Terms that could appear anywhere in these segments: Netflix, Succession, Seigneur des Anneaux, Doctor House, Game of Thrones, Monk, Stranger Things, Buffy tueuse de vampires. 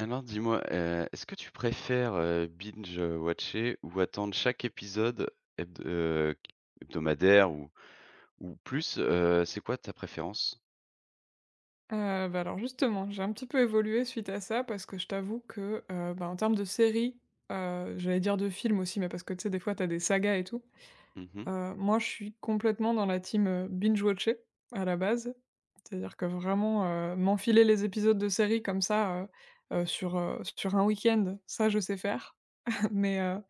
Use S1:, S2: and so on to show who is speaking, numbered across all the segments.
S1: Alors dis-moi, est-ce que tu préfères, binge, watcher ou attendre chaque épisode hebd heu, hebdomadaire ou plus, c'est quoi ta préférence?
S2: Alors justement, j'ai un petit peu évolué suite à ça parce que je t'avoue que, en termes de séries, j'allais dire de films aussi, mais parce que tu sais, des fois, t'as des sagas et tout.
S1: Mmh.
S2: Moi, je suis complètement dans la team, binge watcher à la base. C'est-à-dire que vraiment, m'enfiler les épisodes de séries comme ça, sur, sur un week-end, ça, je sais faire. Mais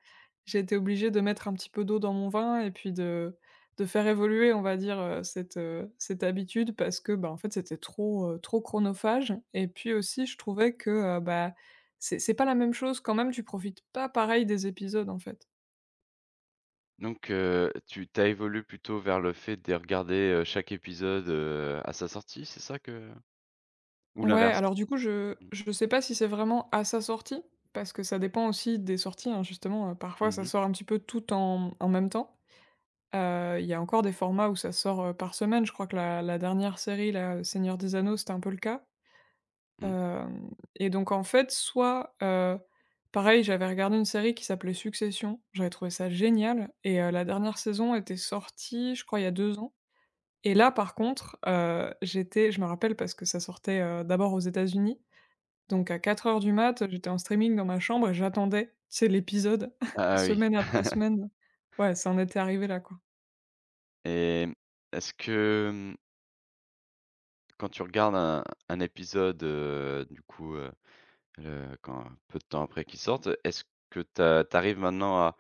S2: j'ai été obligée de mettre un petit peu d'eau dans mon vin et puis de faire évoluer, on va dire, cette, cette habitude parce que, bah, en fait, c'était trop, trop chronophage et puis aussi je trouvais que, heu, bah, c'est pas la même chose quand même, tu profites pas pareil des épisodes, en fait.
S1: Donc tu t'as évolué plutôt vers le fait de regarder, chaque épisode, à sa sortie, c'est ça que ou
S2: Ouais,
S1: l'inverse?
S2: alors du coup, je
S1: Mmh.
S2: je sais pas si c'est vraiment à sa sortie, parce que ça dépend aussi des sorties, hein, justement, parfois ça
S1: Mmh.
S2: sort un petit peu tout en même temps. Il y a encore des formats où ça sort, par semaine. Je crois que la dernière série là, Seigneur des Anneaux, c'était un peu le cas.
S1: Mmh.
S2: Hem Et donc en fait, soit, pareil, j'avais regardé une série qui s'appelait Succession, j'avais trouvé ça génial et la dernière saison était sortie, je crois, il y a 2 ans et là, par contre, j'étais je me rappelle parce que ça sortait, d'abord aux États-Unis, donc à quatre heures du mat, j'étais en streaming dans ma chambre et j'attendais, tu sais, l'épisode
S1: Ah oui.
S2: semaine après semaine. Ouais, ça en était arrivé là, quoi.
S1: Et, est-ce que, quand tu regardes un épisode, du coup, Le quand peu de temps après qu'ils sortent, est-ce que tu maintenant à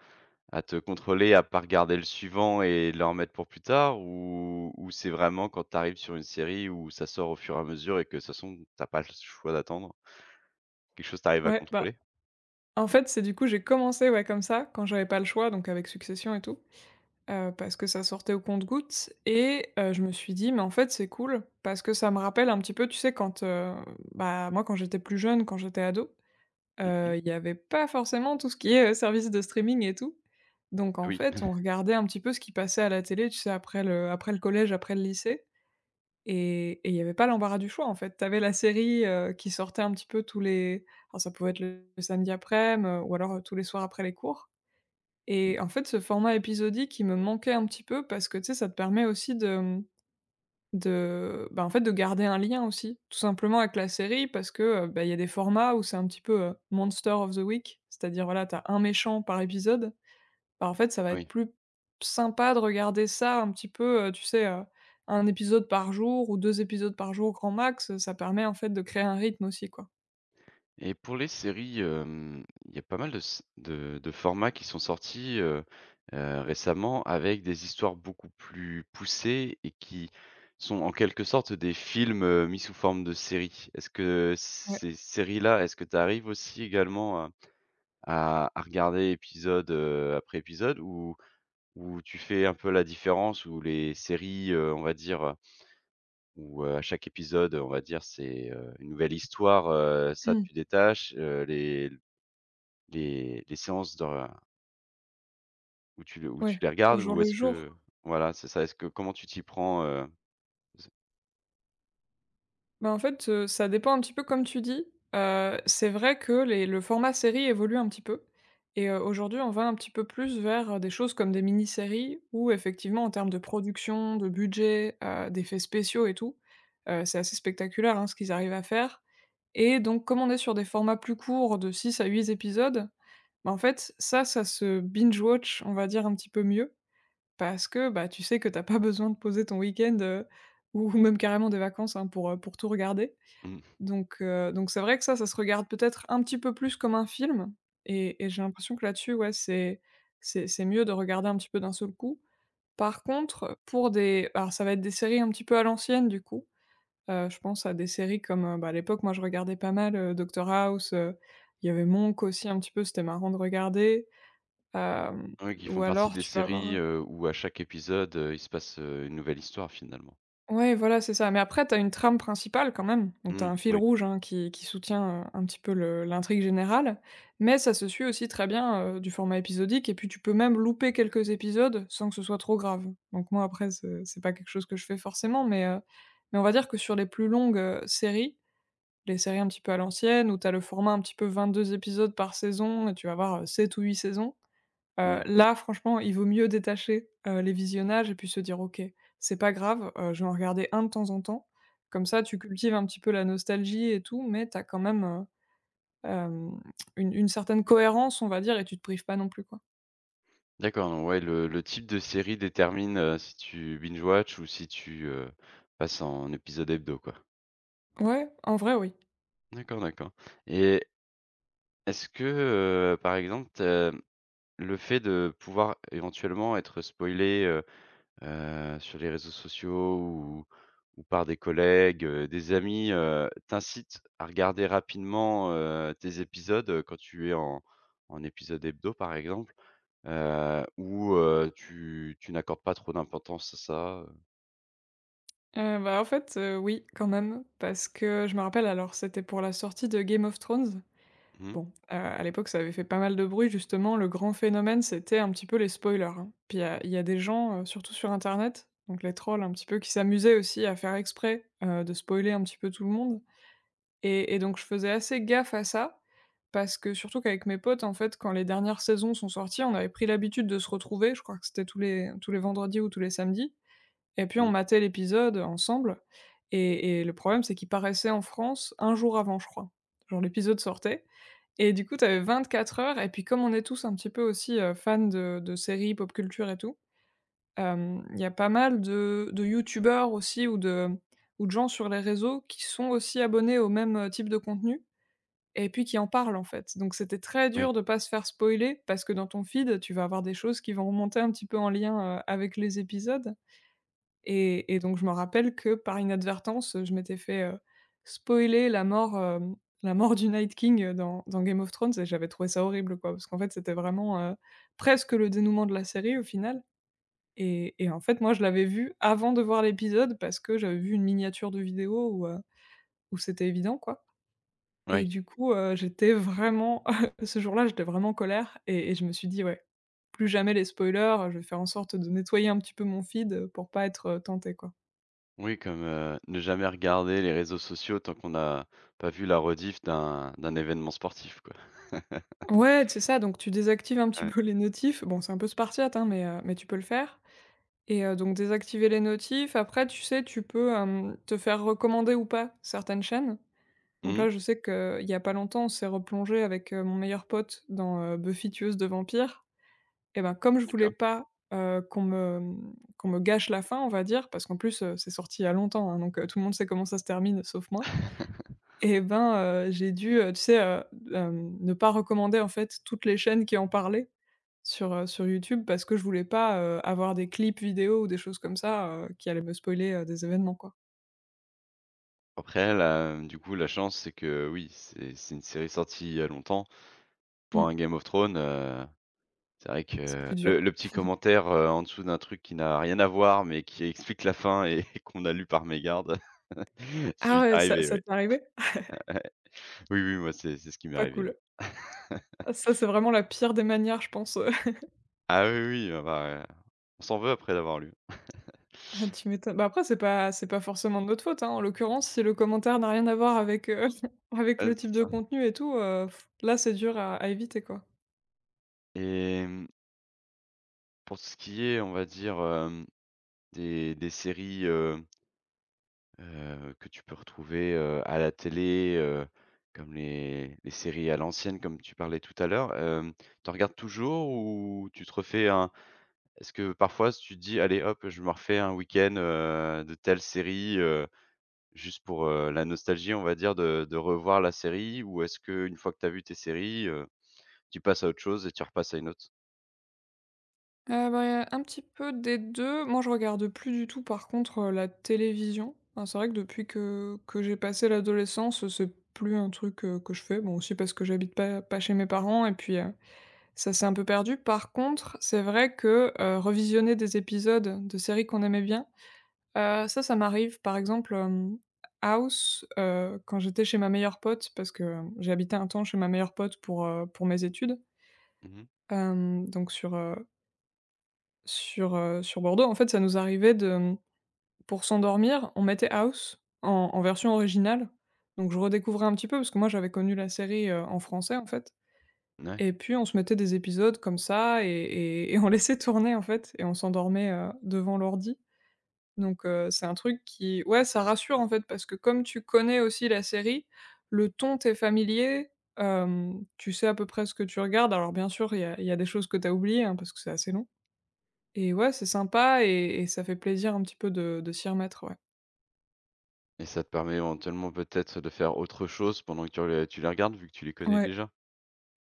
S1: te contrôler, à pas regarder le suivant et le remettre pour plus tard? Ou c'est vraiment quand t'arrives sur une série où ça sort au fur et à mesure et que de toute façon tu pas le choix d'attendre? Quelque chose tu à
S2: Ouais.
S1: contrôler?
S2: En fait, c'est du coup, j'ai commencé, ouais, comme ça, quand j'avais pas le choix, donc avec Succession et tout, parce que ça sortait au compte-gouttes et je me suis dit: «Mais en fait, c'est cool» parce que ça me rappelle un petit peu, tu sais, quand, moi, quand j'étais plus jeune, quand j'étais ado,
S1: Mmh mh.
S2: il y avait pas forcément tout ce qui est, service de streaming et tout. Donc en
S1: Oui.
S2: fait, on regardait un petit peu ce qui passait à la télé, tu sais, après le collège, après le lycée et il y avait pas l'embarras du choix, en fait. Tu avais la série, qui sortait un petit peu tous les alors ça pouvait être le samedi aprèm, ou alors, tous les soirs après les cours et en fait, ce format épisodique, il me manquait un petit peu parce que, tu sais, ça te permet aussi de, mmh, de, bah, en fait, de garder un lien aussi, tout simplement avec la série parce que, il y a des formats où c'est un petit peu, monster of the week, c'est-à-dire, voilà, tu as un méchant par épisode bah, en fait, ça va être
S1: Oui.
S2: plus sympa de regarder ça un petit peu, tu sais, 1 épisode par jour ou 2 épisodes par jour grand max, ça permet en fait de créer un rythme aussi, quoi.
S1: Et pour les séries, il y a pas mal de formats qui sont sortis, récemment avec des histoires beaucoup plus poussées et qui sont en quelque sorte des films, mis sous forme de séries. Est-ce que
S2: Ouais.
S1: ces séries-là, est-ce que tu arrives aussi également à regarder épisode, après épisode ou tu fais un peu la différence où les séries, on va dire, où, à chaque épisode, on va dire, c'est, une nouvelle histoire, ça
S2: Mmh.
S1: tu détaches, les les séances de où tu le où tu
S2: Ouais,
S1: les
S2: au
S1: regardes
S2: jour
S1: ou
S2: le
S1: est-ce
S2: jour.
S1: que voilà, c'est ça, est-ce que comment tu t'y prends, Z
S2: Bah, en fait, ça dépend un petit peu comme tu dis. C'est vrai que les le format série évolue un petit peu et aujourd'hui, on va un petit peu plus vers, des choses comme des mini-séries où effectivement, en termes de production, de budget, d'effets spéciaux et tout, c'est assez spectaculaire, hein, ce qu'ils arrivent à faire et donc comme on est sur des formats plus courts de 6 à 8 épisodes, bah, en fait, ça se binge watch, on va dire un petit peu mieux parce que, bah, tu sais que t'as pas besoin de poser ton week-end, ou même carrément des vacances, hein, pour tout regarder
S1: mmh,
S2: donc c'est vrai que ça se regarde peut-être un petit peu plus comme un film et j'ai l'impression que là-dessus, ouais, c'est mieux de regarder un petit peu d'un seul coup. Par contre, pour des alors ça va être des séries un petit peu à l'ancienne du coup, je pense à des séries comme, à l'époque, moi je regardais pas mal, Doctor House, il y avait Monk aussi un petit peu, c'était marrant de regarder, hem,
S1: oui, qui font
S2: ou
S1: partie
S2: alors
S1: des
S2: tu vas
S1: séries,
S2: voir.
S1: où à chaque épisode, il se passe, une nouvelle histoire finalement.
S2: Ouais, voilà, c'est ça. Mais après, t'as une trame principale quand même. Donc, t'as
S1: Mmh,
S2: un fil
S1: oui.
S2: rouge hein, qui soutient un petit peu l'intrigue générale. Mais ça se suit aussi très bien du format épisodique. Et puis, tu peux même louper quelques épisodes sans que ce soit trop grave. Donc, moi, après, c'est pas quelque chose que je fais forcément. Mais mais on va dire que sur les plus longues séries, les séries un petit peu à l'ancienne, où t'as le format un petit peu 22 épisodes par saison, et tu vas avoir 7 ou 8 saisons.
S1: Mmh.
S2: Là, franchement, il vaut mieux détacher, les visionnages et puis se dire: «OK, c'est pas grave, je vais en regarder un de temps en temps». Comme ça, tu cultives un petit peu la nostalgie et tout, mais t'as quand même, hem, une certaine cohérence, on va dire et tu te prives pas non plus, quoi.
S1: D'accord, donc ouais, le type de série détermine, si tu binge watch ou si tu, passes en épisode hebdo, quoi.
S2: Ouais, en vrai, oui.
S1: D'accord, d'accord. Et est-ce que, par exemple, le fait de pouvoir éventuellement être spoilé, sur les réseaux sociaux ou par des collègues, des amis, t'incitent à regarder rapidement, tes épisodes, quand tu es en en épisode hebdo par exemple, ou tu n'accordes pas trop d'importance à ça,
S2: En fait, oui, quand même, parce que je me rappelle alors, c'était pour la sortie de Game of Thrones.
S1: Mmh.
S2: Bon, à l'époque, ça avait fait pas mal de bruit justement, le grand phénomène, c'était un petit peu les spoilers, hein. Puis il y a des gens, surtout sur internet, donc les trolls un petit peu, qui s'amusaient aussi à faire exprès, de spoiler un petit peu tout le monde et donc je faisais assez gaffe à ça, parce que surtout qu'avec mes potes, en fait, quand les dernières saisons sont sorties, on avait pris l'habitude de se retrouver, je crois que c'était tous les vendredis ou tous les samedis et puis on
S1: Mmh.
S2: matait l'épisode, ensemble et le problème, c'est qu'il paraissait en France un jour avant, je crois. Genre l'épisode sortait et du coup, tu avais 24 heures et puis comme on est tous un petit peu aussi, fans de séries, pop culture et tout, il y a pas mal de youtubeurs aussi ou de gens sur les réseaux qui sont aussi abonnés au même, type de contenu et puis qui en parlent, en fait. Donc c'était très
S1: Oui.
S2: dur de pas se faire spoiler parce que dans ton feed, tu vas avoir des choses qui vont remonter un petit peu en lien, avec les épisodes et donc je me rappelle que, par inadvertance, je m'étais fait, spoiler la mort, la mort du Night King, dans dans Game of Thrones et j'avais trouvé ça horrible, quoi. Parce qu'en fait, c'était vraiment, presque le dénouement de la série au final et en fait, moi, je l'avais vu avant de voir l'épisode parce que j'avais vu une miniature de vidéo où, où c'était évident, quoi et
S1: Oui.
S2: du coup, j'étais vraiment ce jour-là, j'étais vraiment en colère et je me suis dit: «Ouais, plus jamais les spoilers, je vais faire en sorte de nettoyer un petit peu mon feed, pour pas être, tenté quoi».
S1: Oui comme, ne jamais regarder les réseaux sociaux tant qu'on n'a pas vu la rediff d'un événement sportif quoi.
S2: Ouais, c'est ça, donc tu désactives un petit
S1: Ouais.
S2: peu les notifs. Bon, c'est un peu spartiate, hein, mais tu peux le faire et donc désactiver les notifs. Après, tu sais, tu peux, te faire recommander ou pas certaines chaînes. Donc
S1: Mmh.
S2: là, je sais qu'il y a pas longtemps, on s'est replongé avec, mon meilleur pote dans, Buffy tueuse de vampires et ben, comme je voulais
S1: D'accord.
S2: pas, qu'on me, mmh, qu'on me gâche la fin, on va dire, parce qu'en plus, c'est sorti il y a longtemps, hein, donc tout le monde sait comment ça se termine, sauf moi. Et ben, j'ai dû, ne pas recommander, en fait, toutes les chaînes qui en parlaient sur, sur YouTube parce que je voulais pas, avoir des clips vidéo ou des choses comme ça, qui allaient me spoiler, des événements, quoi.
S1: Après la du coup, la chance, c'est que oui, c'est une série sortie il y a longtemps. Pour
S2: Mmh,
S1: un Game of Thrones, c'est vrai
S2: c'est plus
S1: que
S2: dur.
S1: le petit commentaire, en dessous d'un truc qui n'a rien à voir, mais qui explique la fin et qu'on a lu par mégarde, c'est
S2: Ah
S1: vite
S2: ouais, ça
S1: arrivé,
S2: ça
S1: oui.
S2: t'est arrivé?
S1: Oui, oui, moi, c'est ce qui m'est
S2: Pas
S1: arrivé, oui.
S2: cool. Ah ça, c'est vraiment la pire des manières, je pense.
S1: Ah oui, oui, ah bah, on s'en veut après d'avoir lu.
S2: Ah tu m'étonnes. Bah, après c'est pas forcément de notre faute, hein. En l'occurrence, si le commentaire n'a rien à voir avec, avec
S1: Ouais,
S2: le
S1: c'est
S2: type de
S1: ça.
S2: contenu et tout, là, c'est dur à éviter, quoi.
S1: Et pour ce qui est, on va dire, des séries, euh, que tu peux retrouver, à la télé, comme les séries à l'ancienne comme tu parlais tout à l'heure, tu en regardes toujours ou tu te refais un est-ce que parfois tu te dis: «Allez hop, je me refais un week-end, de telle série», juste pour, la nostalgie on va dire de revoir la série? Ou est-ce que une fois que tu as vu tes séries, tu passes à autre chose et tu repasses à une autre?
S2: Y a un petit peu des deux. Moi, je regarde plus du tout, par contre, la télévision. Enfin, c'est vrai que depuis que j'ai passé l'adolescence, c'est plus un truc, que je fais. Bon, aussi parce que j'habite pas chez mes parents et puis, ça s'est un peu perdu. Par contre, c'est vrai que, revisionner des épisodes de séries qu'on aimait bien, ça, ça m'arrive. Par exemple, House, quand j'étais chez ma meilleure pote, parce que, j'ai habité un temps chez ma meilleure pote pour mes études,
S1: Mmh.
S2: donc sur, sur, sur Bordeaux, en fait, ça nous arrivait de, mmh, pour s'endormir, on mettait House en version originale. Donc je redécouvrais un petit peu parce que moi j'avais connu la série, en français, en fait,
S1: Ouais
S2: et puis on se mettait des épisodes comme ça et on laissait tourner, en fait, et on s'endormait, devant l'ordi. Donc c'est un truc qui, ouais, ça rassure, en fait, parce que comme tu connais aussi la série, le ton t'est familier, tu sais à peu près ce que tu regardes. Alors bien sûr, il y a des choses que t'as oubliées, hein, parce que c'est assez long et ouais, c'est sympa et ça fait plaisir un petit peu de s'y remettre, ouais.
S1: et ça te permet éventuellement peut-être de faire autre chose pendant que tu les regardes vu que tu les connais
S2: Ouais,
S1: déjà?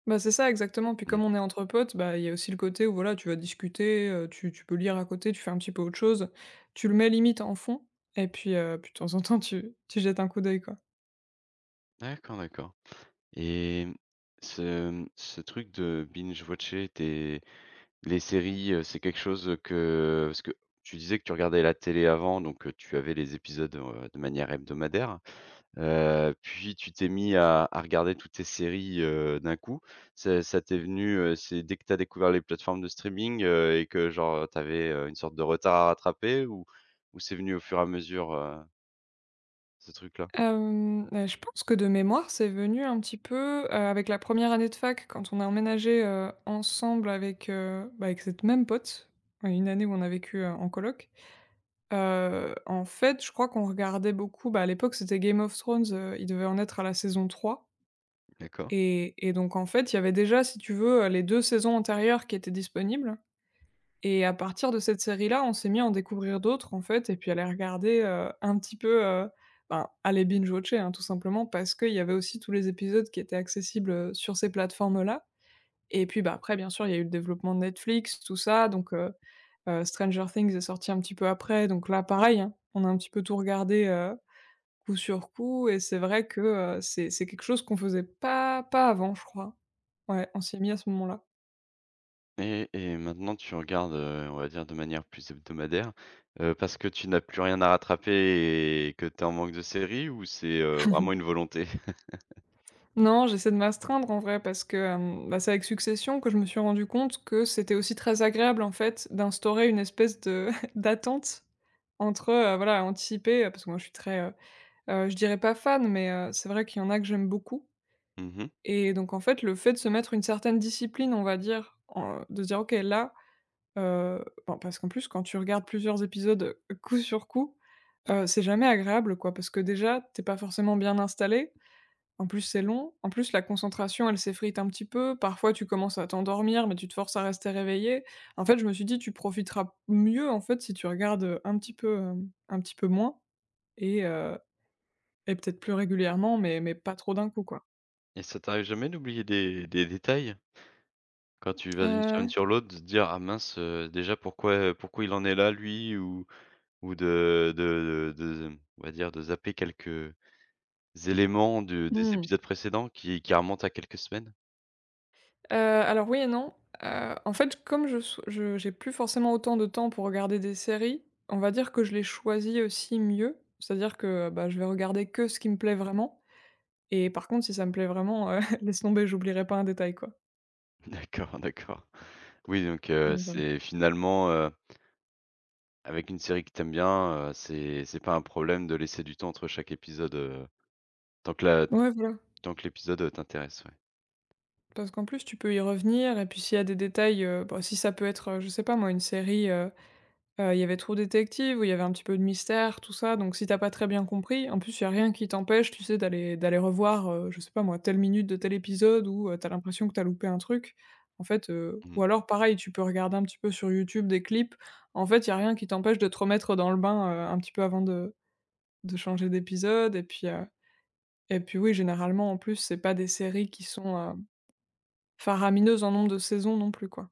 S2: c'est ça exactement, puis
S1: Mmh.
S2: comme on est entre potes, bah, il y a aussi le côté où voilà, tu vas discuter, tu peux lire à côté, tu fais un petit peu autre chose. Tu le mets limite en fond et puis, puis de temps en temps tu jettes un coup d'œil, quoi.
S1: D'accord, d'accord. Et ce, ce truc de binge watcher tes les séries, c'est quelque chose, que parce que tu disais que tu regardais la télé avant, donc tu avais les épisodes, de manière hebdomadaire. Puis tu t'es mis à regarder toutes tes séries, d'un coup. Ça t'es venu, c'est dès que tu as découvert les plateformes de streaming, et que genre, tu avais, une sorte de retard à rattraper ou c'est venu au fur et à mesure, ce truc-là?
S2: Je pense que de mémoire, c'est venu un petit peu, avec la première année de fac quand on a emménagé, ensemble avec, avec cette même pote, une année où on a vécu, en coloc. En fait, je crois qu'on regardait beaucoup, bah, à l'époque, c'était Game of Thrones, il devait en être à la saison 3,
S1: D'accord.
S2: et donc en fait, il y avait déjà, si tu veux, les 2 saisons antérieures qui étaient disponibles, et à partir de cette série-là, on s'est mis à en découvrir d'autres, en fait, et puis à les regarder, un petit peu, ben, à les binge watcher, hein, tout simplement parce qu'il y avait aussi tous les épisodes qui étaient accessibles, sur ces plateformes-là, et puis, bah, après, bien sûr, il y a eu le développement de Netflix, tout ça, donc Stranger Things est sorti un petit peu après, donc là pareil, hein, on a un petit peu tout regardé, coup sur coup, et c'est vrai que, c'est quelque chose qu'on faisait pas avant, je crois. Ouais, on s'y est mis à ce moment-là.
S1: Et maintenant tu regardes, on va dire de manière plus hebdomadaire, parce que tu n'as plus rien à rattraper et que tu es en manque de séries ou c'est, vraiment une volonté?
S2: Non, j'essaie de m'astreindre en vrai parce que, c'est avec Succession que je me suis rendu compte que c'était aussi très agréable en fait d'instaurer une espèce de d'attente entre, voilà, anticiper, parce que moi je suis très, je dirais pas fan, mais, c'est vrai qu'il y en a que j'aime beaucoup.
S1: Mmh
S2: Et donc en fait, le fait de se mettre une certaine discipline, on va dire, en de se dire: «OK, là», bon, parce qu'en plus, quand tu regardes plusieurs épisodes, coup sur coup, c'est jamais agréable, quoi, parce que déjà, t'es pas forcément bien installé, en plus c'est long, en plus la concentration, elle s'effrite un petit peu, parfois tu commences à t'endormir, mais tu te forces à rester réveillé. En fait, je me suis dit: «Tu profiteras mieux, en fait, si tu regardes, un petit peu, un petit peu moins et et peut-être plus régulièrement, mais pas trop d'un coup, quoi».
S1: et ça t'arrive jamais d'oublier des détails? Quand tu vas d'une semaine
S2: Heu,
S1: sur l'autre, de te dire: «Ah mince, déjà pourquoi, pourquoi il en est là lui?» ou ou de de de de on va dire de zapper quelques Éléments de des
S2: mmh.
S1: épisodes précédents qui remontent à quelques semaines?
S2: Alors oui et non. En fait, comme je j'ai plus forcément autant de temps pour regarder des séries, on va dire que je les choisis aussi mieux. C'est-à-dire que, bah, je vais regarder que ce qui me plaît vraiment, et par contre, si ça me plaît vraiment, laisse tomber, j'oublierai pas un détail, quoi.
S1: D'accord, d'accord. Oui, donc
S2: Donc voilà.
S1: c'est finalement, avec une série que t'aimes bien, c'est pas un problème de laisser du temps entre chaque épisode, tant que la
S2: Ouais, voilà.
S1: tant que l'épisode, t'intéresse, ouais.
S2: Parce qu'en plus, tu peux y revenir et puis s'il y a des détails, si ça peut être, je sais pas moi, une série, il y avait trop détective, où il y avait un petit peu de mystère, tout ça, donc si t'as pas très bien compris, en plus, il y a rien qui t'empêche, tu sais, d'aller revoir, je sais pas moi, telle minute de tel épisode où, tu l'impression que t'as loupé un truc. En fait,
S1: Mmh.
S2: ou alors pareil, tu peux regarder un petit peu sur YouTube des clips. En fait, il y a rien qui t'empêche de te remettre dans le bain, un petit peu avant de changer d'épisode et puis oui, généralement, en plus, c'est pas des séries qui sont, faramineuses en nombre de saisons non plus, quoi.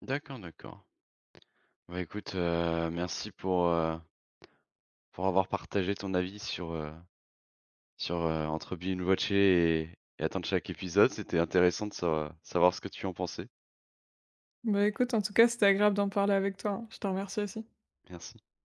S1: D'accord, d'accord. Bah, écoute, merci pour avoir partagé ton avis sur, entre Binge Watcher et attendre chaque épisode, c'était intéressant de sa savoir ce que tu en pensais.
S2: Bah, écoute, en tout cas, c'était agréable d'en parler avec toi, hein. Je te remercie aussi.
S1: Merci.